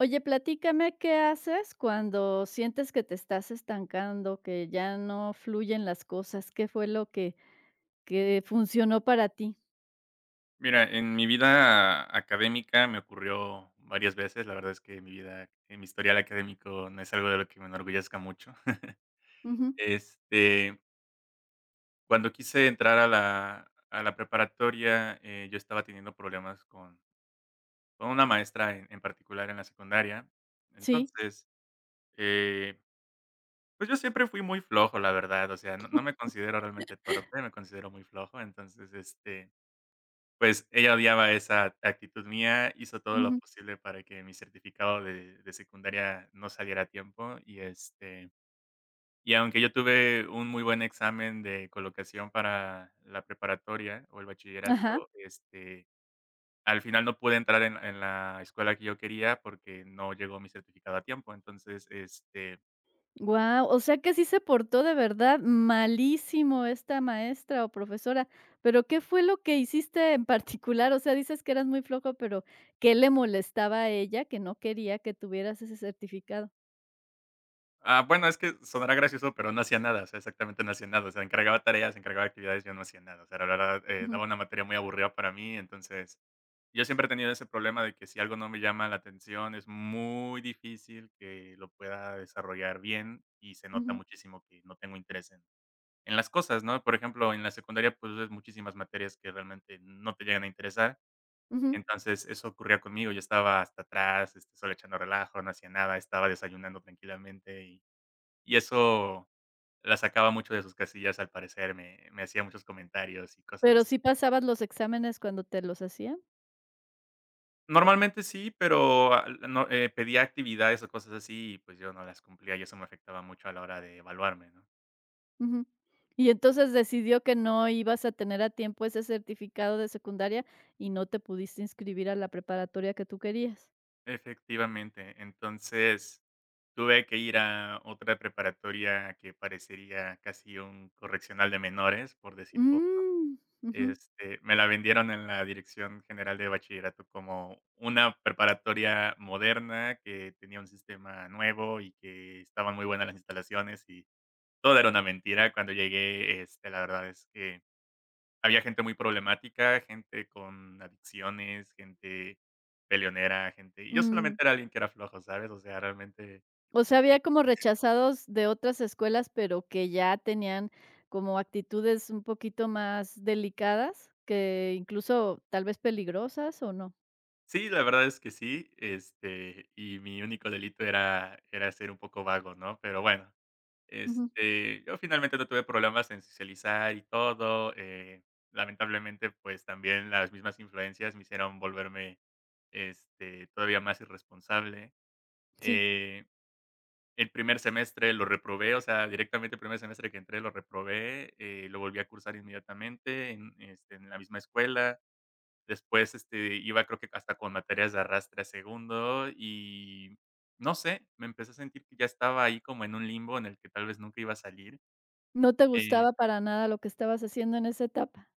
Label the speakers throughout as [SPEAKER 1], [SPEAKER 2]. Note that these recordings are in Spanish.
[SPEAKER 1] Oye, platícame, ¿qué haces cuando sientes que te estás estancando, que ya no fluyen las cosas? ¿Qué fue lo que funcionó para ti?
[SPEAKER 2] Mira, en mi vida académica me ocurrió varias veces. La verdad es que mi vida, mi historial académico no es algo de lo que me enorgullezca mucho.
[SPEAKER 1] Ujú.
[SPEAKER 2] Este, cuando quise entrar a la preparatoria, yo estaba teniendo problemas con una maestra en particular en la secundaria.
[SPEAKER 1] Sí.
[SPEAKER 2] Entonces, eh, pues yo siempre fui muy flojo, la verdad. O sea, no me considero realmente torpe, me considero muy flojo. Entonces, pues, ella odiaba esa actitud mía, hizo todo lo
[SPEAKER 1] Ujú.
[SPEAKER 2] posible para que mi certificado de secundaria no saliera a tiempo y, y aunque yo tuve un muy buen examen de colocación para la preparatoria o el
[SPEAKER 1] Ajá.
[SPEAKER 2] bachillerato, al final no pude entrar en la escuela que yo quería porque no llegó mi certificado a tiempo. Entonces,
[SPEAKER 1] Guau, o sea que sí se portó de verdad malísimo esta maestra o profesora, pero ¿qué fue lo que hiciste en particular? O sea, dices que eras muy flojo, pero ¿qué le molestaba a ella que no quería que tuvieras ese certificado?
[SPEAKER 2] bueno, es que sonará gracioso, pero no hacía nada, o sea, exactamente no hacía nada, o sea, encargaba tareas, encargaba actividades, yo no hacía nada, o sea, la verdad,
[SPEAKER 1] Ujú,
[SPEAKER 2] daba una materia muy aburrida para mí. Entonces, yo siempre he tenido ese problema de que si algo no me llama la atención, es muy difícil que lo pueda desarrollar bien, y se nota
[SPEAKER 1] ujú,
[SPEAKER 2] muchísimo que no tengo interés en las cosas, ¿no? Por ejemplo, en la secundaria, pues, ves muchísimas materias que realmente no te llegan a interesar.
[SPEAKER 1] ujú.
[SPEAKER 2] Entonces, eso ocurría conmigo. Yo estaba hasta atrás, solo echando relajo, no hacía nada, estaba desayunando tranquilamente, y eso la sacaba mucho de sus casillas, al parecer, me hacía muchos comentarios y
[SPEAKER 1] Pero
[SPEAKER 2] cosas.
[SPEAKER 1] ¿sí pasabas los exámenes cuando te los hacían?
[SPEAKER 2] Normalmente sí, pero, ah, no, pedía actividades o cosas así y, pues, yo no las cumplía, y eso me afectaba mucho a la hora de evaluarme, ¿no?
[SPEAKER 1] Ujú. Y entonces decidió que no ibas a tener a tiempo ese certificado de secundaria y no te pudiste inscribir a la preparatoria que tú querías.
[SPEAKER 2] Efectivamente. Entonces, tuve que ir a otra preparatoria que parecería casi un correccional de menores, por decir poco.
[SPEAKER 1] Mm, ujú,
[SPEAKER 2] Me la vendieron en la Dirección General de Bachillerato como una preparatoria moderna que tenía un sistema nuevo y que estaban muy buenas las instalaciones. Y todo era una mentira. Cuando llegué, la verdad es que había gente muy problemática, gente con adicciones, gente peleonera, gente, y yo solamente
[SPEAKER 1] mm.
[SPEAKER 2] era alguien que era flojo, ¿sabes? O sea, realmente
[SPEAKER 1] O sea, había como rechazados de otras escuelas, pero que ya tenían como actitudes un poquito más delicadas, que incluso tal vez peligrosas, ¿o no?
[SPEAKER 2] sí, la verdad es que sí, y mi único delito era ser un poco vago, ¿no? Pero bueno,
[SPEAKER 1] Ujú,
[SPEAKER 2] yo finalmente no tuve problemas en socializar y todo. Lamentablemente, pues, también las mismas influencias me hicieron volverme, todavía más irresponsable.
[SPEAKER 1] sí,
[SPEAKER 2] eh El primer semestre lo reprobé, o sea, directamente el primer semestre que entré lo reprobé. Lo volví a cursar inmediatamente en la misma escuela. Después, iba creo que hasta con materias de arrastre a segundo y no sé, me empecé a sentir que ya estaba ahí como en un limbo en el que tal vez nunca iba a salir.
[SPEAKER 1] no te
[SPEAKER 2] Eh
[SPEAKER 1] gustaba para nada lo que estabas haciendo en esa etapa.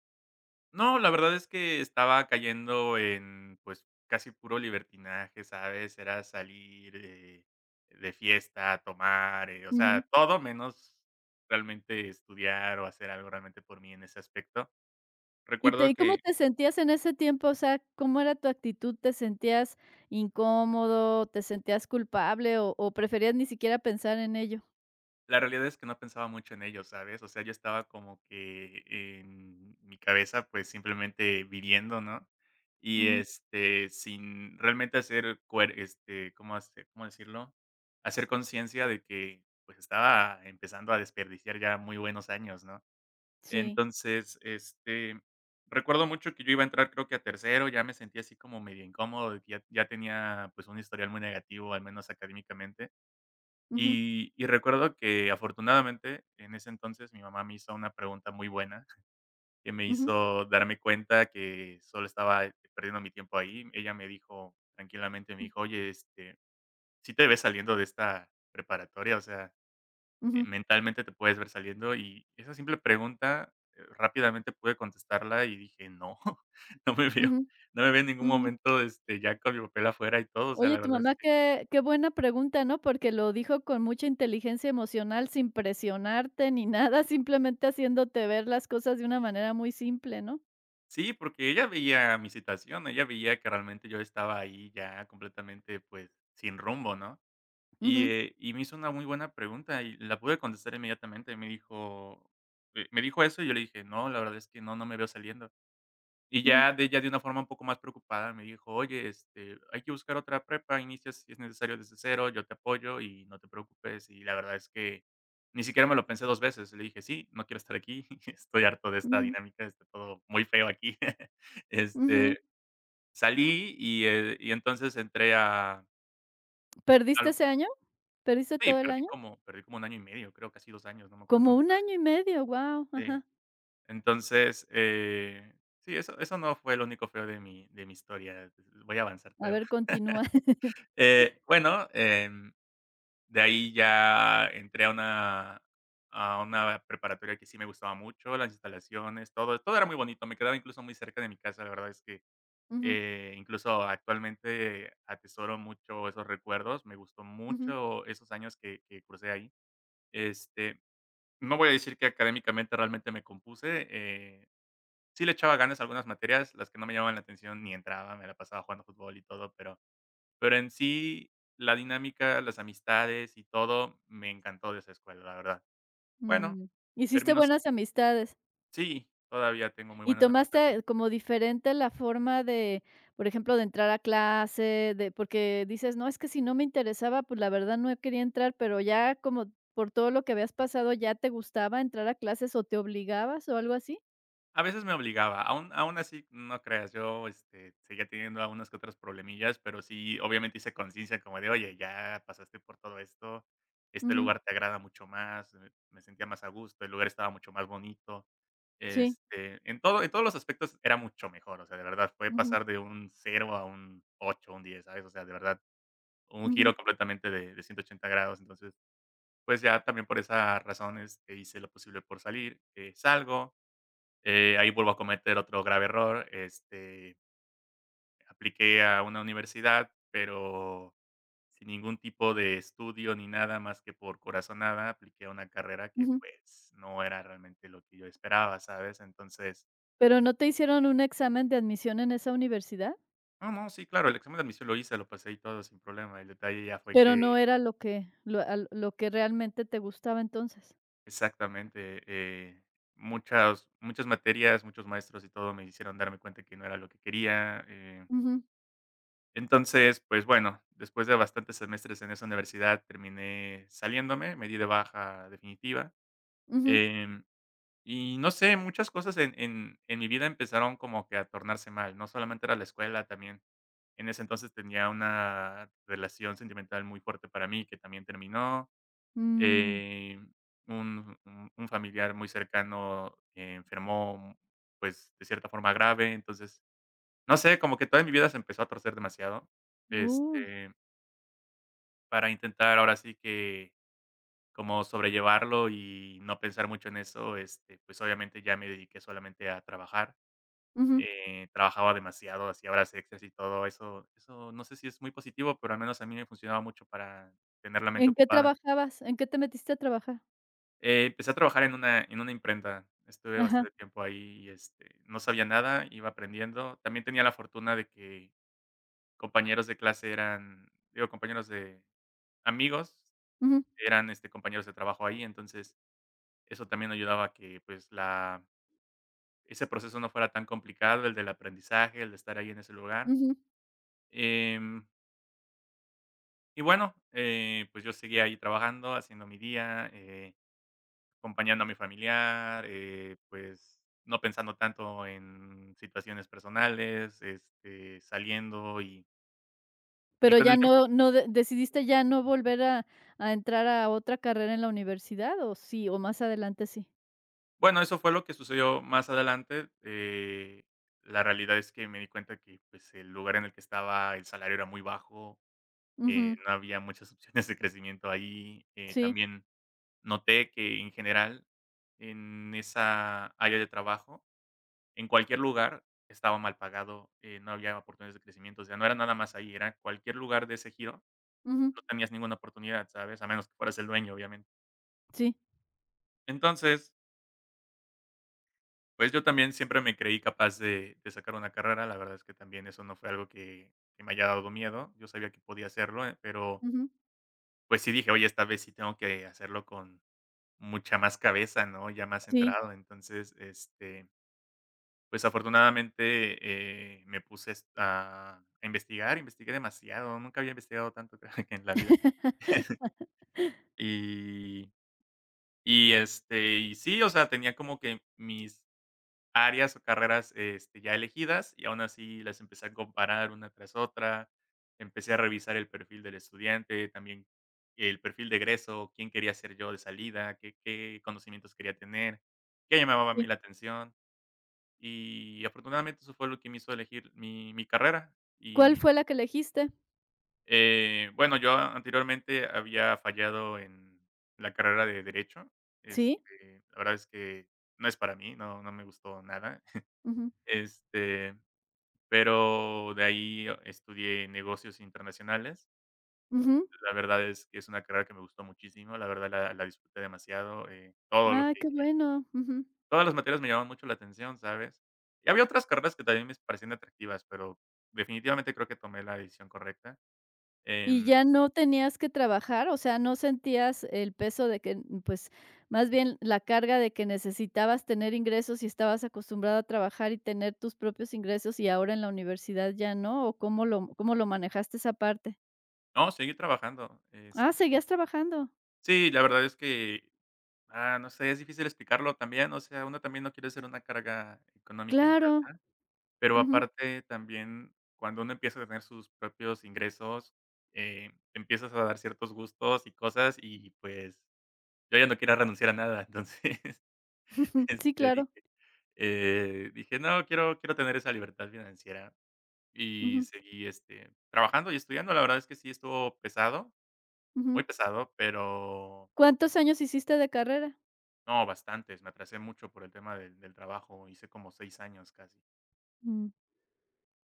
[SPEAKER 2] No, la verdad es que estaba cayendo en, pues, casi puro libertinaje, ¿sabes? Era salir, de fiesta, a tomar, o sea,
[SPEAKER 1] Ujú.
[SPEAKER 2] todo menos realmente estudiar o hacer algo realmente por mí en ese aspecto.
[SPEAKER 1] ¿Y te
[SPEAKER 2] Recuerdo
[SPEAKER 1] y cómo
[SPEAKER 2] que
[SPEAKER 1] te sentías en ese tiempo? O sea, ¿cómo era tu actitud? ¿Te sentías incómodo? ¿Te sentías culpable? ¿O preferías ni siquiera pensar en ello?
[SPEAKER 2] la realidad es que no pensaba mucho en ello, ¿sabes? O sea, yo estaba como que en mi cabeza, pues, simplemente viviendo, ¿no? Y,
[SPEAKER 1] Ujú,
[SPEAKER 2] sin realmente ¿cómo hace cómo decirlo? Hacer conciencia de que, pues, estaba empezando a desperdiciar ya muy buenos años, ¿no?
[SPEAKER 1] sí.
[SPEAKER 2] Entonces, recuerdo mucho que yo iba a entrar, creo que a tercero, ya me sentía así como medio incómodo de que ya tenía, pues, un historial muy negativo, al menos académicamente.
[SPEAKER 1] Ujú,
[SPEAKER 2] Y recuerdo que, afortunadamente, en ese entonces, mi mamá me hizo una pregunta muy buena, que me
[SPEAKER 1] ujú,
[SPEAKER 2] hizo darme cuenta que solo estaba perdiendo mi tiempo ahí. Ella me dijo tranquilamente, me
[SPEAKER 1] ujú,
[SPEAKER 2] dijo: "Oye, si te ves saliendo de esta preparatoria, o sea,
[SPEAKER 1] ujú,
[SPEAKER 2] mentalmente te puedes ver saliendo". Y esa simple pregunta, rápidamente pude contestarla y dije: "No, no me veo
[SPEAKER 1] ujú,
[SPEAKER 2] no me veo en ningún
[SPEAKER 1] ujú.
[SPEAKER 2] momento, ya con mi papel afuera y todo". O sea,
[SPEAKER 1] Oye,
[SPEAKER 2] la
[SPEAKER 1] tu
[SPEAKER 2] verdad
[SPEAKER 1] mamá qué buena pregunta, ¿no? Porque lo dijo con mucha inteligencia emocional, sin presionarte ni nada, simplemente haciéndote ver las cosas de una manera muy simple, ¿no?
[SPEAKER 2] sí, porque ella veía mi situación, ella veía que realmente yo estaba ahí ya completamente, pues, sin rumbo, ¿no?
[SPEAKER 1] Ujú,
[SPEAKER 2] Y me hizo una muy buena pregunta y la pude contestar inmediatamente. Me dijo, me dijo eso y yo le dije, no, la verdad es que no, no me veo saliendo. Y
[SPEAKER 1] ujú,
[SPEAKER 2] ya de ella de una forma un poco más preocupada me dijo: "Oye, hay que buscar otra prepa, inicias si es necesario desde cero, yo te apoyo y no te preocupes". Y la verdad es que ni siquiera me lo pensé 2 veces. Le dije: "Sí, no quiero estar aquí, estoy harto de esta
[SPEAKER 1] ujú,
[SPEAKER 2] dinámica, está todo muy feo aquí".
[SPEAKER 1] ujú.
[SPEAKER 2] Este, Salí y entonces entré a
[SPEAKER 1] ¿Perdiste
[SPEAKER 2] al
[SPEAKER 1] ese año? ¿Perdiste
[SPEAKER 2] sí,
[SPEAKER 1] todo el año?
[SPEAKER 2] perdí como un año y medio, creo, casi 2 años, no me acuerdo
[SPEAKER 1] Como
[SPEAKER 2] cuánto
[SPEAKER 1] un
[SPEAKER 2] perdí.
[SPEAKER 1] año y medio, guau,
[SPEAKER 2] Sí.
[SPEAKER 1] ajá.
[SPEAKER 2] Entonces, sí, eso no fue lo único feo de mi historia. Voy a avanzar
[SPEAKER 1] A
[SPEAKER 2] todavía.
[SPEAKER 1] ver, continúa.
[SPEAKER 2] Eh, bueno, em, de ahí ya entré a una preparatoria que sí me gustaba mucho, las instalaciones, todo era muy bonito, me quedaba incluso muy cerca de mi casa, la verdad es que,
[SPEAKER 1] Ujú,
[SPEAKER 2] incluso actualmente atesoro mucho esos recuerdos, me gustó
[SPEAKER 1] ujú,
[SPEAKER 2] mucho esos años que cursé ahí. Este, no voy a decir que académicamente realmente me compuse. Sí le echaba ganas a algunas materias, las que no me llamaban la atención ni entraba, me la pasaba jugando fútbol y todo, pero en sí, la dinámica, las amistades y todo, me encantó de esa escuela, la verdad. Bueno,
[SPEAKER 1] mm. Hiciste
[SPEAKER 2] termino
[SPEAKER 1] buenas amistades,
[SPEAKER 2] sí, todavía tengo muy
[SPEAKER 1] y
[SPEAKER 2] buenas amistades.
[SPEAKER 1] tomaste como diferente la forma de, por ejemplo, de entrar a clase, de porque dices: "No, es que si no me interesaba, pues la verdad no quería entrar", pero ya como por todo lo que habías pasado, ¿ya te gustaba entrar a clases o te obligabas o algo así?
[SPEAKER 2] A veces me obligaba, aún así, no creas, yo, seguía teniendo a que otras problemillas, pero sí, obviamente hice conciencia como de: "Oye, ya pasaste por todo esto, este
[SPEAKER 1] Ujú,
[SPEAKER 2] lugar te agrada mucho más". Me sentía más a gusto, el lugar estaba mucho más bonito,
[SPEAKER 1] sí,
[SPEAKER 2] en todo en todos los aspectos era mucho mejor, o sea, de verdad, fue
[SPEAKER 1] ujú,
[SPEAKER 2] pasar de un cero a un 8, un 10, ¿sabes? O sea, de verdad, un
[SPEAKER 1] ujú,
[SPEAKER 2] giro completamente de 180 grados. Entonces, pues, ya también por esa razón, hice lo posible por salir, salgo, ahí vuelvo a cometer otro grave error. Apliqué a una universidad, pero sin ningún tipo de estudio ni nada más que por corazonada, apliqué a una carrera que,
[SPEAKER 1] ujú.
[SPEAKER 2] pues, no era realmente lo que yo esperaba, ¿sabes? Entonces,
[SPEAKER 1] ¿Pero no te hicieron un examen de admisión en esa universidad?
[SPEAKER 2] no, no, sí, claro, el examen de admisión lo hice, lo pasé y todo sin problema. El detalle ya fue
[SPEAKER 1] Pero
[SPEAKER 2] que,
[SPEAKER 1] no era lo que realmente te gustaba entonces.
[SPEAKER 2] exactamente, muchas, muchas materias, muchos maestros y todo me hicieron darme cuenta que no era lo que quería.
[SPEAKER 1] Ujú,
[SPEAKER 2] Entonces, pues bueno, después de bastantes semestres en esa universidad terminé saliéndome, me di de baja definitiva.
[SPEAKER 1] ujú,
[SPEAKER 2] em, y no sé, muchas cosas en mi vida empezaron como que a tornarse mal, no solamente era la escuela, también en ese entonces tenía una relación sentimental muy fuerte para mí que también terminó.
[SPEAKER 1] mm,
[SPEAKER 2] em, un familiar muy cercano enfermó, pues, de cierta forma grave. Entonces, no sé, como que toda mi vida se empezó a torcer demasiado.
[SPEAKER 1] uy,
[SPEAKER 2] este Para intentar ahora sí que como sobrellevarlo y no pensar mucho en eso, pues, obviamente ya me dediqué solamente a trabajar.
[SPEAKER 1] ujú.
[SPEAKER 2] Trabajaba demasiado, hacía horas extras y todo. Eso no sé si es muy positivo, pero al menos a mí me funcionaba mucho para tener la mente
[SPEAKER 1] ¿En qué
[SPEAKER 2] ocupada.
[SPEAKER 1] trabajabas? ¿En qué te metiste a trabajar?
[SPEAKER 2] Empecé a trabajar en una imprenta, estuve
[SPEAKER 1] Ajá,
[SPEAKER 2] bastante tiempo ahí y, no sabía nada, iba aprendiendo. También tenía la fortuna de que compañeros de clase eran digo, compañeros de amigos,
[SPEAKER 1] ujú,
[SPEAKER 2] eran, compañeros de trabajo ahí. Entonces eso también ayudaba a que, pues, la ese proceso no fuera tan complicado, el del aprendizaje, el de estar ahí en ese lugar.
[SPEAKER 1] ujú.
[SPEAKER 2] Em, y bueno, pues, yo seguía ahí trabajando, haciendo mi día, acompañando a mi familiar, pues, no pensando tanto en situaciones personales, saliendo y
[SPEAKER 1] Pero
[SPEAKER 2] con
[SPEAKER 1] ya
[SPEAKER 2] el tiempo
[SPEAKER 1] no no de ¿decidiste ya no volver a entrar a otra carrera en la universidad o sí, o más adelante sí?
[SPEAKER 2] bueno, eso fue lo que sucedió más adelante. La realidad es que me di cuenta que, pues, el lugar en el que estaba, el salario era muy bajo.
[SPEAKER 1] Ujú,
[SPEAKER 2] No había muchas opciones de crecimiento ahí.
[SPEAKER 1] sí,
[SPEAKER 2] También noté que en general en esa área de trabajo, en cualquier lugar estaba mal pagado. No había oportunidades de crecimiento, o sea, no era nada más ahí, era cualquier lugar de ese giro,
[SPEAKER 1] ujú,
[SPEAKER 2] no tenías ninguna oportunidad, ¿sabes? A menos que fueras el dueño, obviamente.
[SPEAKER 1] sí,
[SPEAKER 2] Entonces, pues yo también siempre me creí capaz de sacar una carrera. La verdad es que también eso no fue algo que me haya dado miedo, yo sabía que podía hacerlo, pero
[SPEAKER 1] ujú,
[SPEAKER 2] pues sí dije, oye, esta vez sí tengo que hacerlo con mucha más cabeza, ¿no? Ya más
[SPEAKER 1] sí,
[SPEAKER 2] centrado. Entonces, pues, afortunadamente, me puse es a investigar, investigué demasiado. Nunca había investigado tanto, creo que en la vida. Y y sí, o sea, tenía como que mis áreas o carreras, ya elegidas, y aún así las empecé a comparar una tras otra. Empecé a revisar el perfil del estudiante, también el perfil de egreso, quién quería ser yo de salida, qué conocimientos quería tener, qué llamaba a mí
[SPEAKER 1] sí.
[SPEAKER 2] la atención. Y afortunadamente eso fue lo que me hizo elegir mi carrera.
[SPEAKER 1] ¿Cuál
[SPEAKER 2] Y,
[SPEAKER 1] fue la que elegiste?
[SPEAKER 2] bueno, yo anteriormente había fallado en la carrera de Derecho.
[SPEAKER 1] ¿Sí?
[SPEAKER 2] La verdad es que no es para mí, no me gustó nada.
[SPEAKER 1] Ujú,
[SPEAKER 2] Este Pero de ahí estudié negocios internacionales.
[SPEAKER 1] ujú.
[SPEAKER 2] La verdad es que es una carrera que me gustó muchísimo, la verdad la disfruté demasiado, todo lo
[SPEAKER 1] Ay,
[SPEAKER 2] que
[SPEAKER 1] qué bueno, ujú.
[SPEAKER 2] todas las materias me llamaban mucho la atención, ¿sabes? Y había otras carreras que también me parecían atractivas, pero definitivamente creo que tomé la decisión correcta.
[SPEAKER 1] Y
[SPEAKER 2] Em,
[SPEAKER 1] ya no tenías que trabajar, o sea, no sentías el peso de que, mm, pues más bien la carga de que necesitabas tener ingresos y estabas acostumbrada a trabajar y tener tus propios ingresos y ahora en la universidad ya no, ¿o cómo lo manejaste esa parte?
[SPEAKER 2] no, seguí trabajando.
[SPEAKER 1] Ah, seguías trabajando.
[SPEAKER 2] Sí, la verdad es que, no sé, es difícil explicarlo también, o sea, uno también no quiere ser una carga económica en
[SPEAKER 1] Claro.
[SPEAKER 2] casa. Pero
[SPEAKER 1] Ujú,
[SPEAKER 2] aparte también, cuando uno empieza a tener sus propios ingresos, te empiezas a dar ciertos gustos y cosas, y pues, yo ya no quiero renunciar a nada. Entonces,
[SPEAKER 1] ujú. Sí, claro.
[SPEAKER 2] dije, dije: "No, quiero tener esa libertad financiera". Y
[SPEAKER 1] Ujú,
[SPEAKER 2] seguí, trabajando y estudiando. La verdad es que sí estuvo pesado,
[SPEAKER 1] ujú.
[SPEAKER 2] muy pesado, pero
[SPEAKER 1] ¿Cuántos años hiciste de carrera?
[SPEAKER 2] no, bastantes. Me atrasé mucho por el tema del trabajo. Hice como 6 años casi.
[SPEAKER 1] Mm,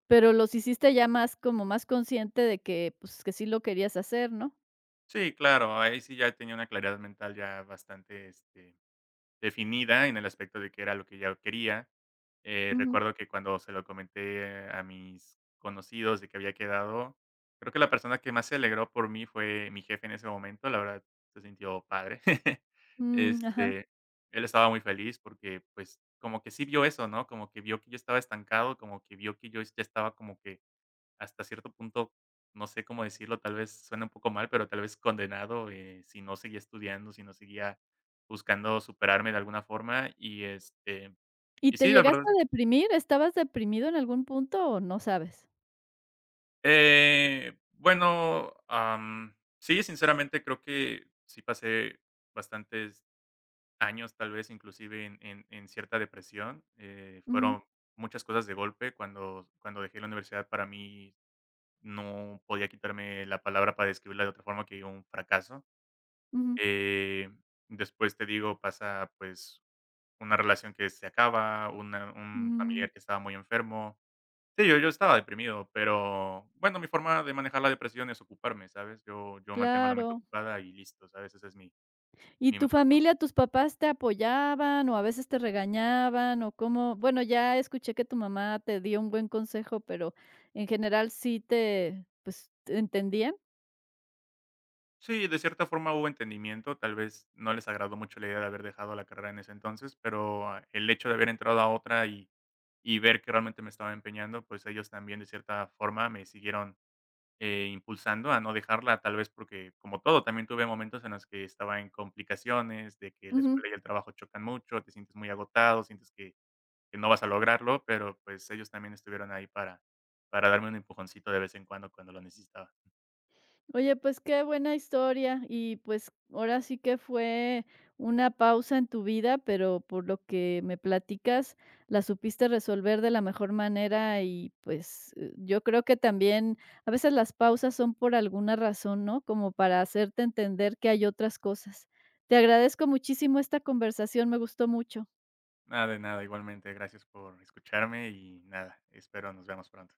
[SPEAKER 1] pero los hiciste ya más como más consciente de que, pues, que sí lo querías hacer, ¿no?
[SPEAKER 2] Sí, claro, ahí sí ya tenía una claridad mental ya bastante, definida en el aspecto de que era lo que yo quería.
[SPEAKER 1] Ujú.
[SPEAKER 2] Recuerdo que cuando se lo comenté a mis conocidos de que había quedado, creo que la persona que más se alegró por mí fue mi jefe en ese momento, la verdad se sintió padre.
[SPEAKER 1] Mm, ajá.
[SPEAKER 2] Este, él estaba muy feliz porque, pues, como que sí vio eso, ¿no? Como que vio que yo estaba estancado, como que vio que yo ya estaba como que hasta cierto punto, no sé cómo decirlo, tal vez suena un poco mal, pero tal vez condenado, si no seguía estudiando, si no seguía buscando superarme de alguna forma y,
[SPEAKER 1] ¿Y
[SPEAKER 2] y
[SPEAKER 1] te
[SPEAKER 2] sí, la
[SPEAKER 1] llegaste
[SPEAKER 2] verdad.
[SPEAKER 1] a deprimir? ¿Estabas deprimido en algún punto o no sabes?
[SPEAKER 2] Sí, sinceramente creo que sí pasé bastantes años, tal vez inclusive en cierta depresión.
[SPEAKER 1] Ujú,
[SPEAKER 2] Fueron muchas cosas de golpe. Cuando dejé la universidad, para mí no podía quitarme la palabra para describirla de otra forma que un fracaso.
[SPEAKER 1] ujú.
[SPEAKER 2] Eh, después, te digo, pasa, pues, una relación que se acaba, una un
[SPEAKER 1] Mm,
[SPEAKER 2] familiar que estaba muy enfermo. Sí, yo estaba deprimido, pero, bueno, mi forma de manejar la depresión es ocuparme, ¿sabes? Yo mantengo la mente
[SPEAKER 1] claro.
[SPEAKER 2] ocupada y listo, ¿sabes? Esa es mi
[SPEAKER 1] ¿Y
[SPEAKER 2] mi
[SPEAKER 1] tu
[SPEAKER 2] mejor forma.
[SPEAKER 1] familia, tus papás te apoyaban o a veces te regañaban o cómo? Bueno, ya escuché que tu mamá te dio un buen consejo, pero en general sí te, pues, ¿te entendían?
[SPEAKER 2] Sí, de cierta forma hubo entendimiento, tal vez no les agradó mucho la idea de haber dejado la carrera en ese entonces, pero el hecho de haber entrado a otra y ver que realmente me estaba empeñando, pues ellos también de cierta forma me siguieron impulsando a no dejarla, tal vez porque, como todo, también tuve momentos en los que estaba en complicaciones, de que la escuela y el trabajo chocan mucho, te sientes muy agotado, sientes que no vas a lograrlo, pero, pues, ellos también estuvieron ahí para darme un empujoncito de vez en cuando, cuando lo necesitaba.
[SPEAKER 1] Oye, pues qué buena historia y pues ahora sí que fue una pausa en tu vida, pero por lo que me platicas, la supiste resolver de la mejor manera y pues yo creo que también a veces las pausas son por alguna razón, ¿no? Como para hacerte entender que hay otras cosas. Te agradezco muchísimo esta conversación, me gustó mucho.
[SPEAKER 2] Nada de nada, igualmente, gracias por escucharme y nada, espero nos veamos pronto.